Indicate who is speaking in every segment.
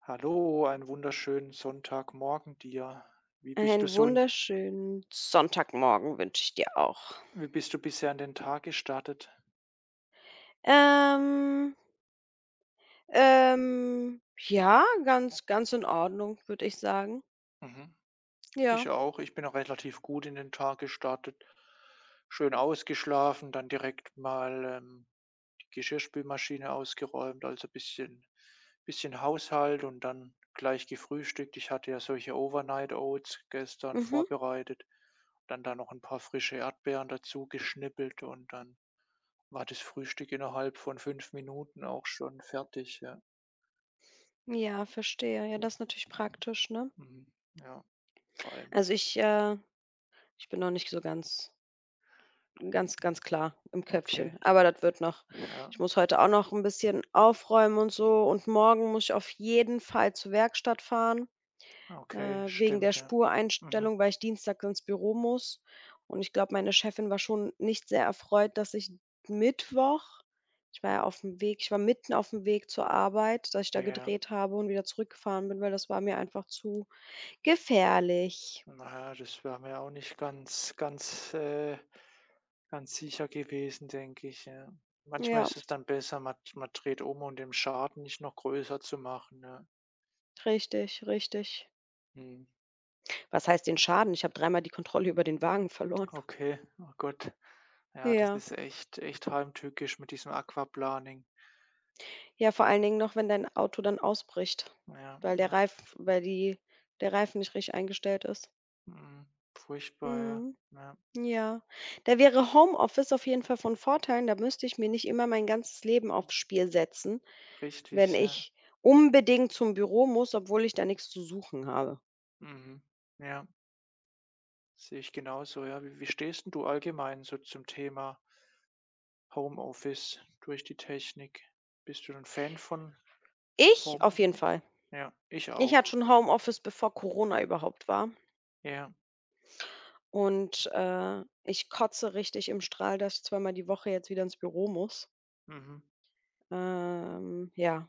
Speaker 1: Hallo, einen wunderschönen Sonntagmorgen dir. Wie bist du
Speaker 2: Einen
Speaker 1: so in
Speaker 2: wunderschönen Sonntagmorgen wünsche ich dir auch.
Speaker 1: wie bist du bisher in den Tag gestartet?
Speaker 2: Ähm, ähm, ja, ganz ganz in Ordnung, würde ich sagen.
Speaker 1: Mhm.
Speaker 2: Ja,
Speaker 1: Ich auch. Ich bin auch relativ gut in den Tag gestartet. Schön ausgeschlafen, dann direkt mal, die Geschirrspülmaschine ausgeräumt, also bisschen Haushalt und dann gleich gefrühstückt. Ich hatte ja solche Overnight Oats gestern
Speaker 2: mhm.
Speaker 1: vorbereitet, dann da noch ein paar frische Erdbeeren dazu geschnippelt und dann war das Frühstück innerhalb von 5 Minuten auch schon fertig, ja.
Speaker 2: Ja, verstehe. Ja, das ist natürlich praktisch, ne?
Speaker 1: Mhm. Ja, vor allem.
Speaker 2: Also, ich bin noch nicht so ganz ganz ganz klar im
Speaker 1: Okay,
Speaker 2: Köpfchen, aber das wird noch.
Speaker 1: ja,
Speaker 2: Ich muss heute auch noch ein bisschen aufräumen und so und morgen muss ich auf jeden Fall zur Werkstatt fahren.
Speaker 1: okay,
Speaker 2: äh, Wegen der
Speaker 1: stimmt, ja. Mhm.
Speaker 2: Spureinstellung, weil ich Dienstag ins Büro muss. Und ich glaube, meine Chefin war schon nicht sehr erfreut, dass ich Mittwoch ich war mitten auf dem Weg zur Arbeit, dass ich da
Speaker 1: Ja,
Speaker 2: gedreht habe und wieder zurückgefahren bin, weil das war mir einfach zu gefährlich.
Speaker 1: naja, das wär mir auch nicht ganz, ganz sicher gewesen, denke ich, ja. Manchmal
Speaker 2: Ja,
Speaker 1: ist es dann besser, man dreht um, um den Schaden nicht noch größer zu machen, ja.
Speaker 2: richtig, richtig.
Speaker 1: Mhm.
Speaker 2: Was heißt den Schaden? Ich habe dreimal die Kontrolle über den Wagen verloren.
Speaker 1: Okay, oh Gott. Ja, das
Speaker 2: Ja.
Speaker 1: ist echt heimtückisch mit diesem Aquaplaning.
Speaker 2: Ja, vor allen Dingen noch, wenn dein Auto dann ausbricht,
Speaker 1: Ja,
Speaker 2: weil der
Speaker 1: ja.
Speaker 2: Reif weil die der Reifen nicht richtig eingestellt ist.
Speaker 1: Mhm. Furchtbar, ja.
Speaker 2: Mhm.
Speaker 1: Ja,
Speaker 2: Ja. Da wäre Homeoffice auf jeden Fall von Vorteil. Da müsste ich mir nicht immer mein ganzes Leben aufs Spiel setzen, wenn
Speaker 1: richtig, ja.
Speaker 2: ich unbedingt zum Büro muss, obwohl ich da nichts zu suchen habe.
Speaker 1: Mhm. Ja, sehe ich genauso, ja. Wie stehst 'n du allgemein so zum Thema Homeoffice durch die Technik? Bist du ein Fan von
Speaker 2: Ich
Speaker 1: Home
Speaker 2: auf jeden
Speaker 1: j
Speaker 2: Fall.
Speaker 1: ja, ich
Speaker 2: Ich hatte
Speaker 1: auch.
Speaker 2: schon Homeoffice, bevor Corona überhaupt war.
Speaker 1: Ja,
Speaker 2: Und, ich kotze richtig im Strahl, dass ich zweimal die Woche jetzt wieder ins Büro muss.
Speaker 1: mhm,
Speaker 2: Ja,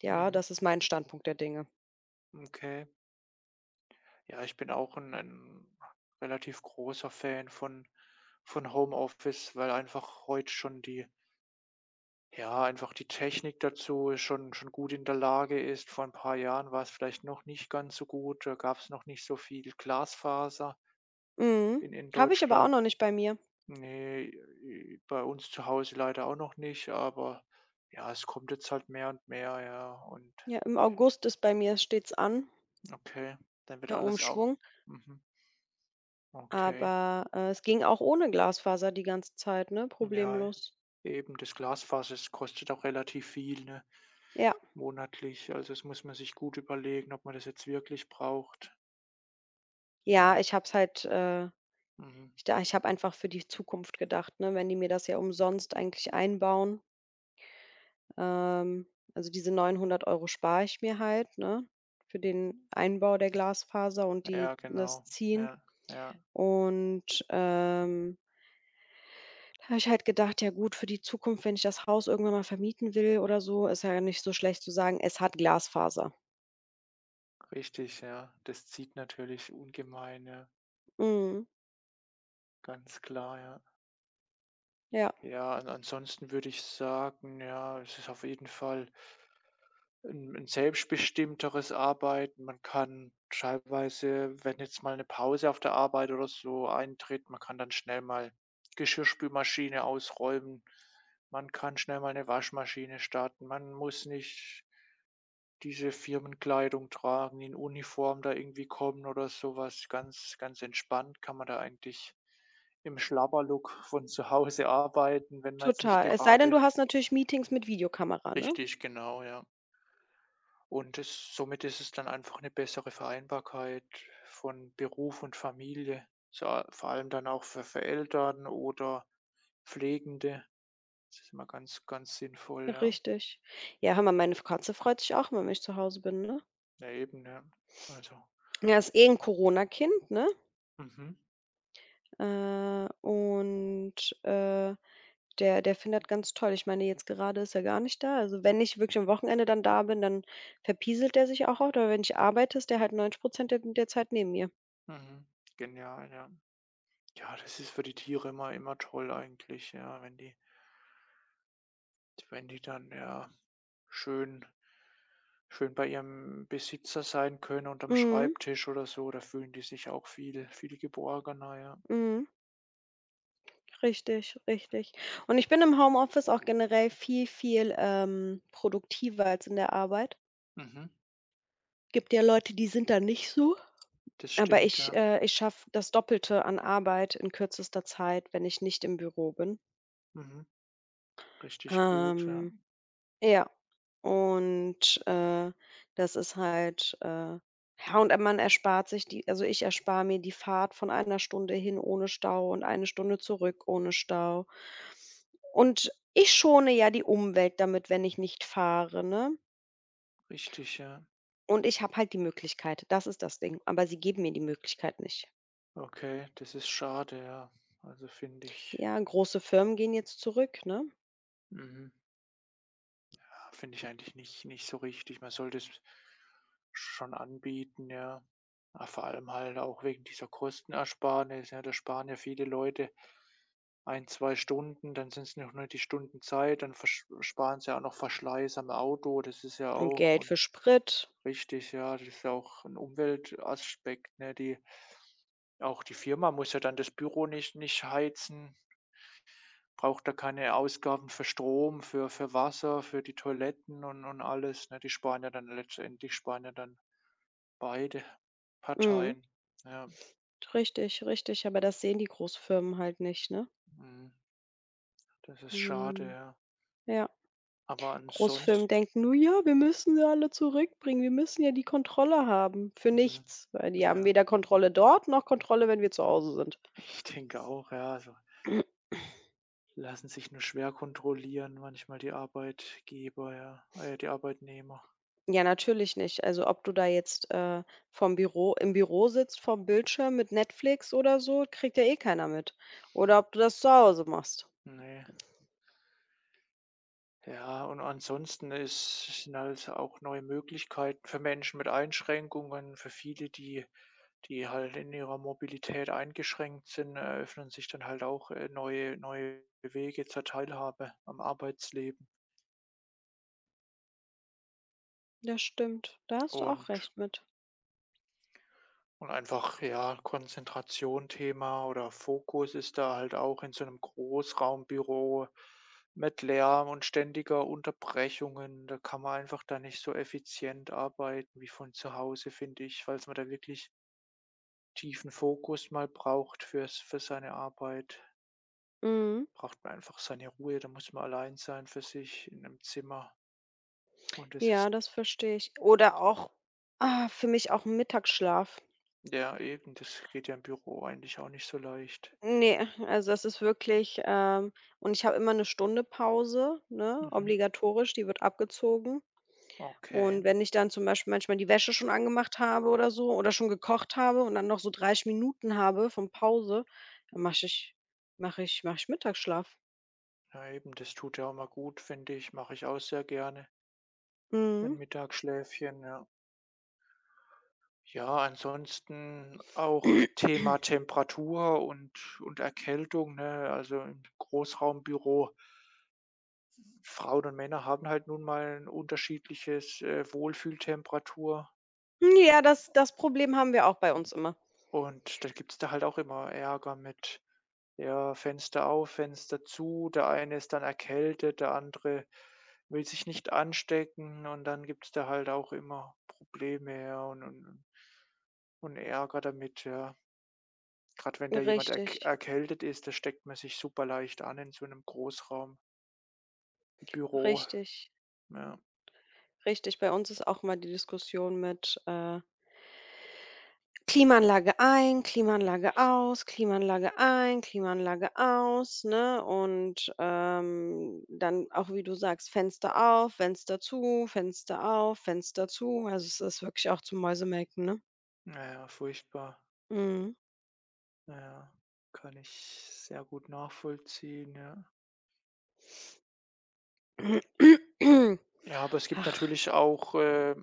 Speaker 2: ja,
Speaker 1: mhm,
Speaker 2: das ist mein Standpunkt der Dinge.
Speaker 1: okay. Ja, ich bin auch ein 'n relativ großer Fan von Homeoffice, weil einfach heute schon die Ja, einfach die Technik dazu schon gut in der Lage ist. Vor ein paar Jahren war es vielleicht noch nicht ganz so gut. Da gab es noch nicht so viel Glasfaser
Speaker 2: Mhm.
Speaker 1: in
Speaker 2: Habe ich aber auch
Speaker 1: Deutschland.
Speaker 2: noch nicht bei mir.
Speaker 1: Ne, bei uns zu Hause leider auch noch nicht, aber ja, es kommt jetzt halt mehr und mehr, ja. Und
Speaker 2: Ja, im August ist bei mir stets an,
Speaker 1: okay, dann wird
Speaker 2: der
Speaker 1: alles auch.
Speaker 2: Umschwung.
Speaker 1: Mhm, okay.
Speaker 2: Aber, es ging auch ohne Glasfaser die ganze Zeit, ne,
Speaker 1: Ja,
Speaker 2: problemlos.
Speaker 1: eben das Glasfaser, es kostet auch relativ viel, ne,
Speaker 2: Ja.
Speaker 1: monatlich. Also, das muss man sich gut überlegen, ob man das jetzt wirklich braucht.
Speaker 2: Ja,
Speaker 1: Ja,
Speaker 2: ich habe es halt.
Speaker 1: mhm.
Speaker 2: Ich habe einfach für die Zukunft gedacht, ne, wenn die mir das ja umsonst eigentlich einbauen, ähm also, diese 900 € spare ich mir halt, ne, für den Einbau der Glasfaser und die
Speaker 1: Ja,
Speaker 2: das
Speaker 1: genau.
Speaker 2: Ziehen.
Speaker 1: Ja, ja,
Speaker 2: Und, da habe ich halt gedacht: „Ja gut, für die Zukunft, wenn ich das Haus irgendwann mal vermieten will oder so, ist ja nicht so schlecht zu sagen, es hat Glasfaser."
Speaker 1: richtig, ja. Das zieht natürlich ungemein, ja.
Speaker 2: Mhm,
Speaker 1: Ganz klar, ja.
Speaker 2: ja.
Speaker 1: Ja, an ansonsten würde ich sagen, ja, es ist auf jeden Fall ein 'n selbstbestimmteres Arbeiten. Man kann teilweise, wenn jetzt mal eine Pause auf der Arbeit oder so eintritt, man kann dann schnell mal Geschirrspülmaschine ausräumen. Man kann schnell mal eine Waschmaschine starten. Man muss nicht diese Firmenkleidung tragen, in Uniform da irgendwie kommen oder sowas. Ganz entspannt kann man da eigentlich im Schlabberlook von zu Hause arbeiten, wenn man jetzt nicht
Speaker 2: Total. Es sei denn,
Speaker 1: gerade
Speaker 2: du hast natürlich Meetings mit Videokamera, ne?
Speaker 1: richtig, genau, ja. Und es somit ist es dann einfach eine bessere Vereinbarkeit von Beruf und Familie, so vor allem dann auch für Eltern oder Pflegende. Das ist immer ganz, ganz sinnvoll, ja.
Speaker 2: Richtig. Ja, hör mal, meine Katze freut sich auch immer, wenn ich zu Hause bin, ne?
Speaker 1: Ja, eben, ja. Also
Speaker 2: Ja, ist eh 'n Corona-Kind, ne?
Speaker 1: mhm,
Speaker 2: Und, äh, der findet ganz toll. Ich meine, jetzt gerade ist er gar nicht da. Also, wenn ich wirklich am Wochenende dann da bin, dann verpieselt der sich auch oft, aber wenn ich arbeite, ist der halt 90 der Zeit neben mir.
Speaker 1: mhm. Genial, ja. Ja, das ist für die Tiere immer toll eigentlich, ja, wenn die dann, ja, schön schön bei ihrem Besitzer sein können unterm
Speaker 2: Mhm,
Speaker 1: Schreibtisch oder so, da fühlen die sich auch viel geborgener, ja.
Speaker 2: mhm, richtig, richtig. Und ich bin im Homeoffice auch generell viel, viel, produktiver als in der Arbeit.
Speaker 1: Mhm.
Speaker 2: Gibt ja Leute, die sind da nicht so,
Speaker 1: Das
Speaker 2: aber
Speaker 1: stimmt,
Speaker 2: ich
Speaker 1: ja.
Speaker 2: äh, ich schaffe das Doppelte an Arbeit in kürzester Zeit, wenn ich nicht im Büro bin.
Speaker 1: Mhm. Richtig gut, ja.
Speaker 2: Ähm, ja, und, das ist halt, ja, und man erspart sich die also, ich erspare mir die Fahrt von einer Stunde hin ohne Stau und eine Stunde zurück ohne Stau. Und ich schone ja die Umwelt damit, wenn ich nicht fahre, ne?
Speaker 1: Richtig, ja.
Speaker 2: Und ich habe halt die Möglichkeit. Das ist das Ding, aber sie geben mir die Möglichkeit nicht.
Speaker 1: Okay, das ist schade, ja. Also, finde ich.
Speaker 2: Ja, große Firmen gehen jetzt zurück, ne?
Speaker 1: Mhm. Finde ich eigentlich nicht so richtig. Man sollte es schon anbieten, ja. Ah, vor allem halt auch wegen dieser Kostenersparnis, ja, da sparen ja viele Leute ein 2 Stunden, dann sind es noch nur die Stunden Zeit, dann versch sparen sie auch noch Verschleiß am Auto, das ist ja
Speaker 2: Und
Speaker 1: auch
Speaker 2: Geld
Speaker 1: und
Speaker 2: für Sprit.
Speaker 1: richtig, ja, das ist ja auch ein Umweltaspekt, ne? Die auch die Firma muss ja dann das Büro nicht heizen. Braucht da keine Ausgaben für Strom, für Wasser, für die Toiletten und alles, ne? Die sparen ja dann letztendlich sparen ja dann beide
Speaker 2: Mhm.
Speaker 1: Parteien. Ja,
Speaker 2: Richtig, richtig, aber das sehen die Großfirmen halt nicht, ne?
Speaker 1: mhm. Das ist schade,
Speaker 2: Ähm,
Speaker 1: ja.
Speaker 2: ja.
Speaker 1: Aber
Speaker 2: Großfirmen
Speaker 1: ansonsten
Speaker 2: denken: „Nur ja, wir müssen sie alle zurückbringen. Wir müssen ja die Kontrolle haben." Für
Speaker 1: mhm,
Speaker 2: nichts, weil die haben
Speaker 1: ja,
Speaker 2: weder Kontrolle dort noch Kontrolle, wenn wir zu Hause sind.
Speaker 1: ich denke auch, ja, also lassen sich nur schwer kontrollieren manchmal die Arbeitgeber, ja, die Arbeitnehmer.
Speaker 2: Ja, natürlich nicht. Also, ob du da jetzt vom Büro im Büro sitzt, vom Bildschirm mit Netflix oder so, kriegt ja eh keiner mit. Oder ob du das zu Hause machst.
Speaker 1: Ne. Ja, und ansonsten ist sind halt auch neue Möglichkeiten für Menschen mit Einschränkungen, für viele, die halt in ihrer Mobilität eingeschränkt sind, eröffnen sich dann halt auch, neue Wege zur Teilhabe am Arbeitsleben
Speaker 2: Das stimmt. Da hast du auch
Speaker 1: und.
Speaker 2: recht mit.
Speaker 1: Und einfach, ja, Konzentration Thema oder Fokus ist da halt auch in so einem Großraumbüro mit Lärm und ständiger Unterbrechungen. Da kann man einfach da nicht so effizient arbeiten wie von zu Hause, finde ich, weil's man da wirklich tiefen Fokus mal braucht für seine Arbeit.
Speaker 2: Mhm.
Speaker 1: Braucht man einfach seine Ruhe, da muss man allein sein für sich in einem Zimmer. Und das ist
Speaker 2: Ja, das verstehe ich. Oder auch für mich auch ein Mittagsschlaf.
Speaker 1: ja eben, das geht ja im Büro eigentlich auch nicht so leicht.
Speaker 2: Nee, also das ist wirklich, und ich habe immer eine Stunde Pause, ne,
Speaker 1: Mhm,
Speaker 2: obligatorisch, die wird abgezogen.
Speaker 1: okay.
Speaker 2: Und wenn ich dann zum Beispiel manchmal die Wäsche schon angemacht habe oder so oder schon gekocht habe und dann noch so 30 Minuten habe von Pause, dann mache ich Mittagsschlaf.
Speaker 1: Ja, eben, das tut ja auch mal gut, finde ich. Mache ich auch sehr gerne,
Speaker 2: Mhm.
Speaker 1: ein Mittagsschläfchen, ja. Ja, ansonsten auch Thema Temperatur und Erkältung, ne? Also, im Großraumbüro, Frauen und Männer haben halt nun mal ein unterschiedliches, Wohlfühltemperatur.
Speaker 2: Ja, das Problem haben wir auch bei uns immer.
Speaker 1: Und dann gibt's da halt auch immer Ärger mit, ja, Fenster auf, Fenster zu. Der eine ist dann erkältet, der andere will sich nicht anstecken und dann gibt's da halt auch immer Probleme, ja, und Ärger damit, ja. Gerade wenn da jemand
Speaker 2: Richtig,
Speaker 1: erkältet ist, da steckt man sich super leicht an in so einem Großraumbüro.
Speaker 2: richtig,
Speaker 1: Ja,
Speaker 2: richtig. Bei uns ist auch immer die Diskussion mit, Klimaanlage ein, Klimaanlage aus, Klimaanlage ein, Klimaanlage aus, ne? Und, dann auch, wie du sagst, Fenster auf, Fenster zu, Fenster auf, Fenster zu. Also, es ist wirklich auch zum Mäusemelken, ne?
Speaker 1: na ja, furchtbar.
Speaker 2: Mhm.
Speaker 1: Na ja, kann ich sehr gut nachvollziehen, ja. Ja, aber es gibt
Speaker 2: Ach,
Speaker 1: natürlich auch,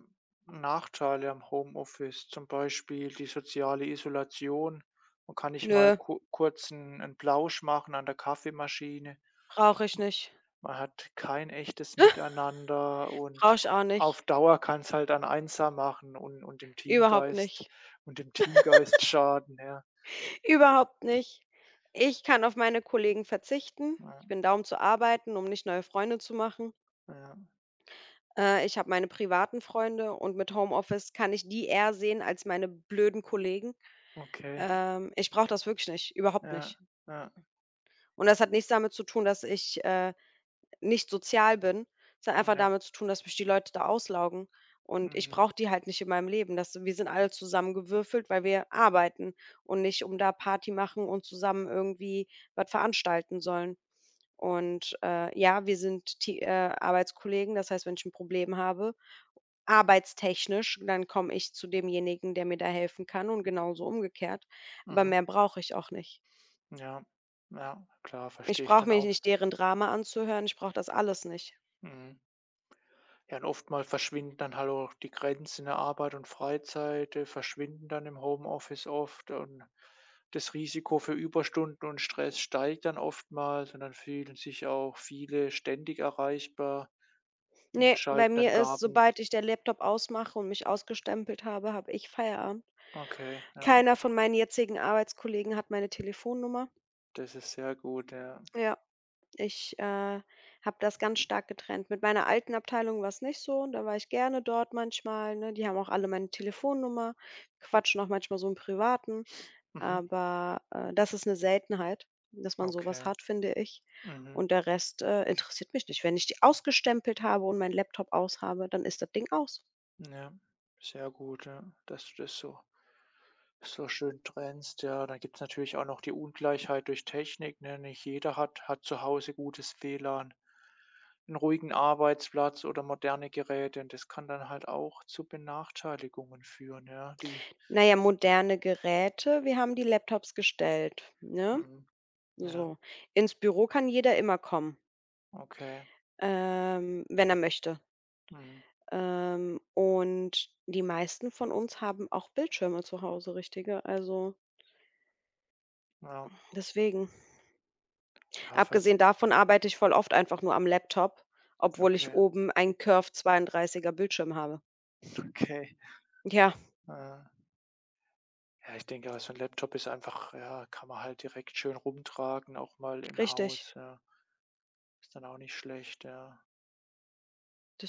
Speaker 1: Nachteile am Homeoffice, zum Beispiel die soziale Isolation. Man kann nicht mal
Speaker 2: nö,
Speaker 1: ku kurz einen 'n Plausch machen an der Kaffeemaschine.
Speaker 2: brauche ich nicht.
Speaker 1: Man hat kein echtes Miteinander
Speaker 2: Brauche
Speaker 1: und
Speaker 2: ich auch
Speaker 1: auf
Speaker 2: nicht.
Speaker 1: Dauer kann es halt an einsam machen und dem
Speaker 2: Überhaupt
Speaker 1: Teamgeist
Speaker 2: nicht.
Speaker 1: dem Teamgeist schaden, ja.
Speaker 2: Überhaupt nicht. Ich kann auf meine Kollegen verzichten.
Speaker 1: Ja,
Speaker 2: Ich bin da, um zu arbeiten, um nicht neue Freunde zu machen.
Speaker 1: ja,
Speaker 2: Ich habe meine privaten Freunde und mit Homeoffice kann ich die eher sehen als meine blöden Kollegen.
Speaker 1: okay.
Speaker 2: Ich brauche das wirklich nicht, überhaupt
Speaker 1: Ja,
Speaker 2: nicht.
Speaker 1: ja,
Speaker 2: Und das hat nichts damit zu tun, dass ich, nicht sozial bin. Es hat einfach
Speaker 1: ja.
Speaker 2: damit zu tun, dass mich die Leute da auslaugen und ich
Speaker 1: Mhm,
Speaker 2: brauche die halt nicht in meinem Leben. Das Wir sind alle zusammengewürfelt, weil wir arbeiten und nicht, um da Party machen und zusammen irgendwie was veranstalten sollen. Und, ja, wir sind T Arbeitskollegen. Das heißt, wenn ich ein Problem habe arbeitstechnisch, dann komme ich zu demjenigen, der mir da helfen kann, und genauso umgekehrt, aber
Speaker 1: mhm.
Speaker 2: mehr brauche ich auch nicht.
Speaker 1: Ja, ja, klar,
Speaker 2: Ich
Speaker 1: verstehe ich
Speaker 2: brauche
Speaker 1: dann
Speaker 2: mir
Speaker 1: auch.
Speaker 2: nicht deren Drama anzuhören, ich brauche das alles nicht.
Speaker 1: Mhm. Ja, und oftmals verschwinden dann halt auch die Grenzen der Arbeit und Freizeit, verschwinden dann im Homeoffice oft und das Risiko für Überstunden und Stress steigt dann oftmals und dann fühlen sich auch viele ständig erreichbar und
Speaker 2: Ne, bei
Speaker 1: schalten dann
Speaker 2: mir
Speaker 1: gar
Speaker 2: ist,
Speaker 1: n
Speaker 2: sobald ich den Laptop ausmache und mich ausgestempelt habe, habe ich Feierabend.
Speaker 1: okay, ja,
Speaker 2: Keiner von meinen jetzigen Arbeitskollegen hat meine Telefonnummer.
Speaker 1: das ist sehr gut, ja.
Speaker 2: Ja. Ich, habe das ganz stark getrennt. Mit meiner alten Abteilung war's nicht so, da war ich gerne dort manchmal, ne? Die haben auch alle meine Telefonnummer, quatschen auch manchmal so im Privaten,
Speaker 1: Mhm,
Speaker 2: aber, das ist eine Seltenheit, dass man sowas
Speaker 1: okay.
Speaker 2: hat, finde ich.
Speaker 1: Mhm.
Speaker 2: Und der Rest, interessiert mich nicht. Wenn ich die ausgestempelt habe und meinen Laptop aus habe, dann ist das Ding aus.
Speaker 1: Ja, sehr gut, ja, dass du das so so schön trennst, ja. Dann gibt's natürlich auch noch die Ungleichheit durch Technik, ne? Nicht jeder hat zu Hause gutes WLAN, einen ruhigen Arbeitsplatz oder moderne Geräte und das kann dann halt auch zu Benachteiligungen führen, ja, die
Speaker 2: Na ja, moderne Geräte, wir haben die Laptops gestellt, ne?
Speaker 1: mhm, ja,
Speaker 2: So. Ins Büro kann jeder immer kommen,
Speaker 1: okay,
Speaker 2: wenn er möchte.
Speaker 1: mhm,
Speaker 2: Und die meisten von uns haben auch Bildschirme zu Hause, richtige. Also,
Speaker 1: ja.
Speaker 2: deswegen.
Speaker 1: Ja, falls
Speaker 2: Abgesehen davon arbeite ich voll oft einfach nur am Laptop, obwohl ich
Speaker 1: okay,
Speaker 2: oben einen Curve 32er Bildschirm habe.
Speaker 1: okay.
Speaker 2: Ja,
Speaker 1: Ja. Ja, ich denke, also ein Laptop ist einfach ja, kann man halt direkt schön rumtragen, auch mal im
Speaker 2: richtig.
Speaker 1: Haus, ja. Ist dann auch nicht schlecht, ja.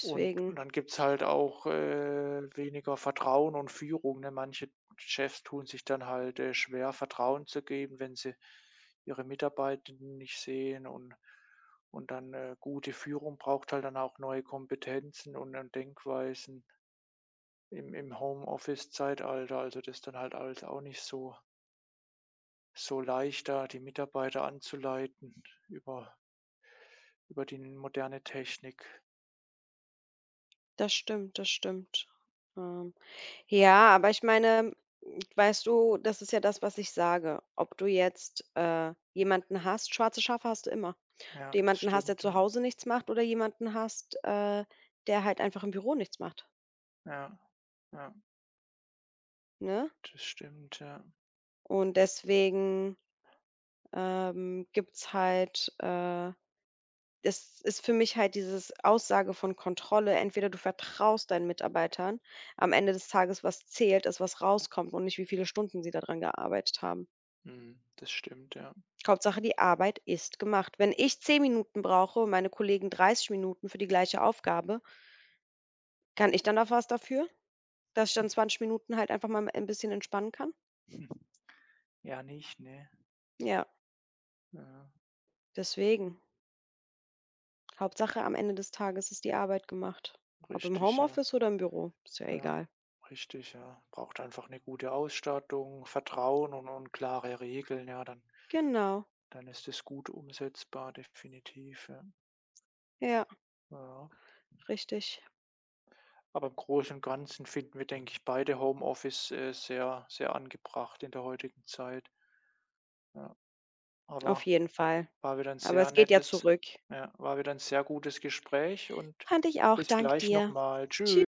Speaker 1: Und dann gibt's halt auch, weniger Vertrauen und Führung, ne? Manche Chefs tun sich dann halt, schwer, Vertrauen zu geben, wenn sie ihre Mitarbeitenden nicht sehen und dann, gute Führung braucht halt dann auch neue Kompetenzen und Denkweisen im Homeoffice-Zeitalter. Also, das ist dann halt alles auch nicht so so leicht, da die Mitarbeiter anzuleiten über die moderne Technik.
Speaker 2: Das stimmt, das stimmt. Ähm, ja, aber ich meine, weißt du, das ist ja das, was ich sage. Ob du jetzt, jemanden hast schwarze Schafe hast du immer.
Speaker 1: Ja,
Speaker 2: Du
Speaker 1: das
Speaker 2: jemanden hast, der
Speaker 1: stimmt,
Speaker 2: zu
Speaker 1: ja.
Speaker 2: Hause nichts macht oder jemanden hast, der halt einfach im Büro nichts macht,
Speaker 1: Ja, ja,
Speaker 2: ne?
Speaker 1: das stimmt, ja.
Speaker 2: Und deswegen, gibt's halt das ist für mich halt dieses Aussage von Kontrolle. Entweder du vertraust deinen Mitarbeitern, am Ende des Tages, was zählt, ist, was rauskommt und nicht, wie viele Stunden sie daran gearbeitet haben.
Speaker 1: Mhm, das stimmt, ja.
Speaker 2: Hauptsache, die Arbeit ist gemacht. Wenn ich 10 Minuten brauche und meine Kollegen 30 Minuten für die gleiche Aufgabe, kann ich dann da was dafür? Dass ich dann 20 Minuten halt einfach mal ein bisschen entspannen kann?
Speaker 1: Hm. Ja, nicht, ne?
Speaker 2: Ja,
Speaker 1: Ja,
Speaker 2: deswegen. Hauptsache am Ende des Tages ist die Arbeit gemacht. Ob im
Speaker 1: richtig, ja.
Speaker 2: Homeoffice oder im Büro, ist ja
Speaker 1: Ja,
Speaker 2: egal.
Speaker 1: richtig, ja. Braucht einfach eine gute Ausstattung, Vertrauen und klare Regeln, ja, dann
Speaker 2: Genau,
Speaker 1: dann ist es gut umsetzbar, definitiv, ja.
Speaker 2: ja,
Speaker 1: Ja,
Speaker 2: richtig.
Speaker 1: aber im Großen und Ganzen finden wir, denke ich, beide Homeoffice, sehr, sehr angebracht in der heutigen Zeit. Ja, aber
Speaker 2: Auf jeden Fall.
Speaker 1: war wieder 'n
Speaker 2: Aber
Speaker 1: sehr
Speaker 2: es geht ja
Speaker 1: nettes
Speaker 2: zurück.
Speaker 1: ja, war wieder 'n sehr gutes Gespräch und
Speaker 2: Fand ich auch,
Speaker 1: bis
Speaker 2: dank
Speaker 1: gleich noch
Speaker 2: dir.
Speaker 1: mal. Tschü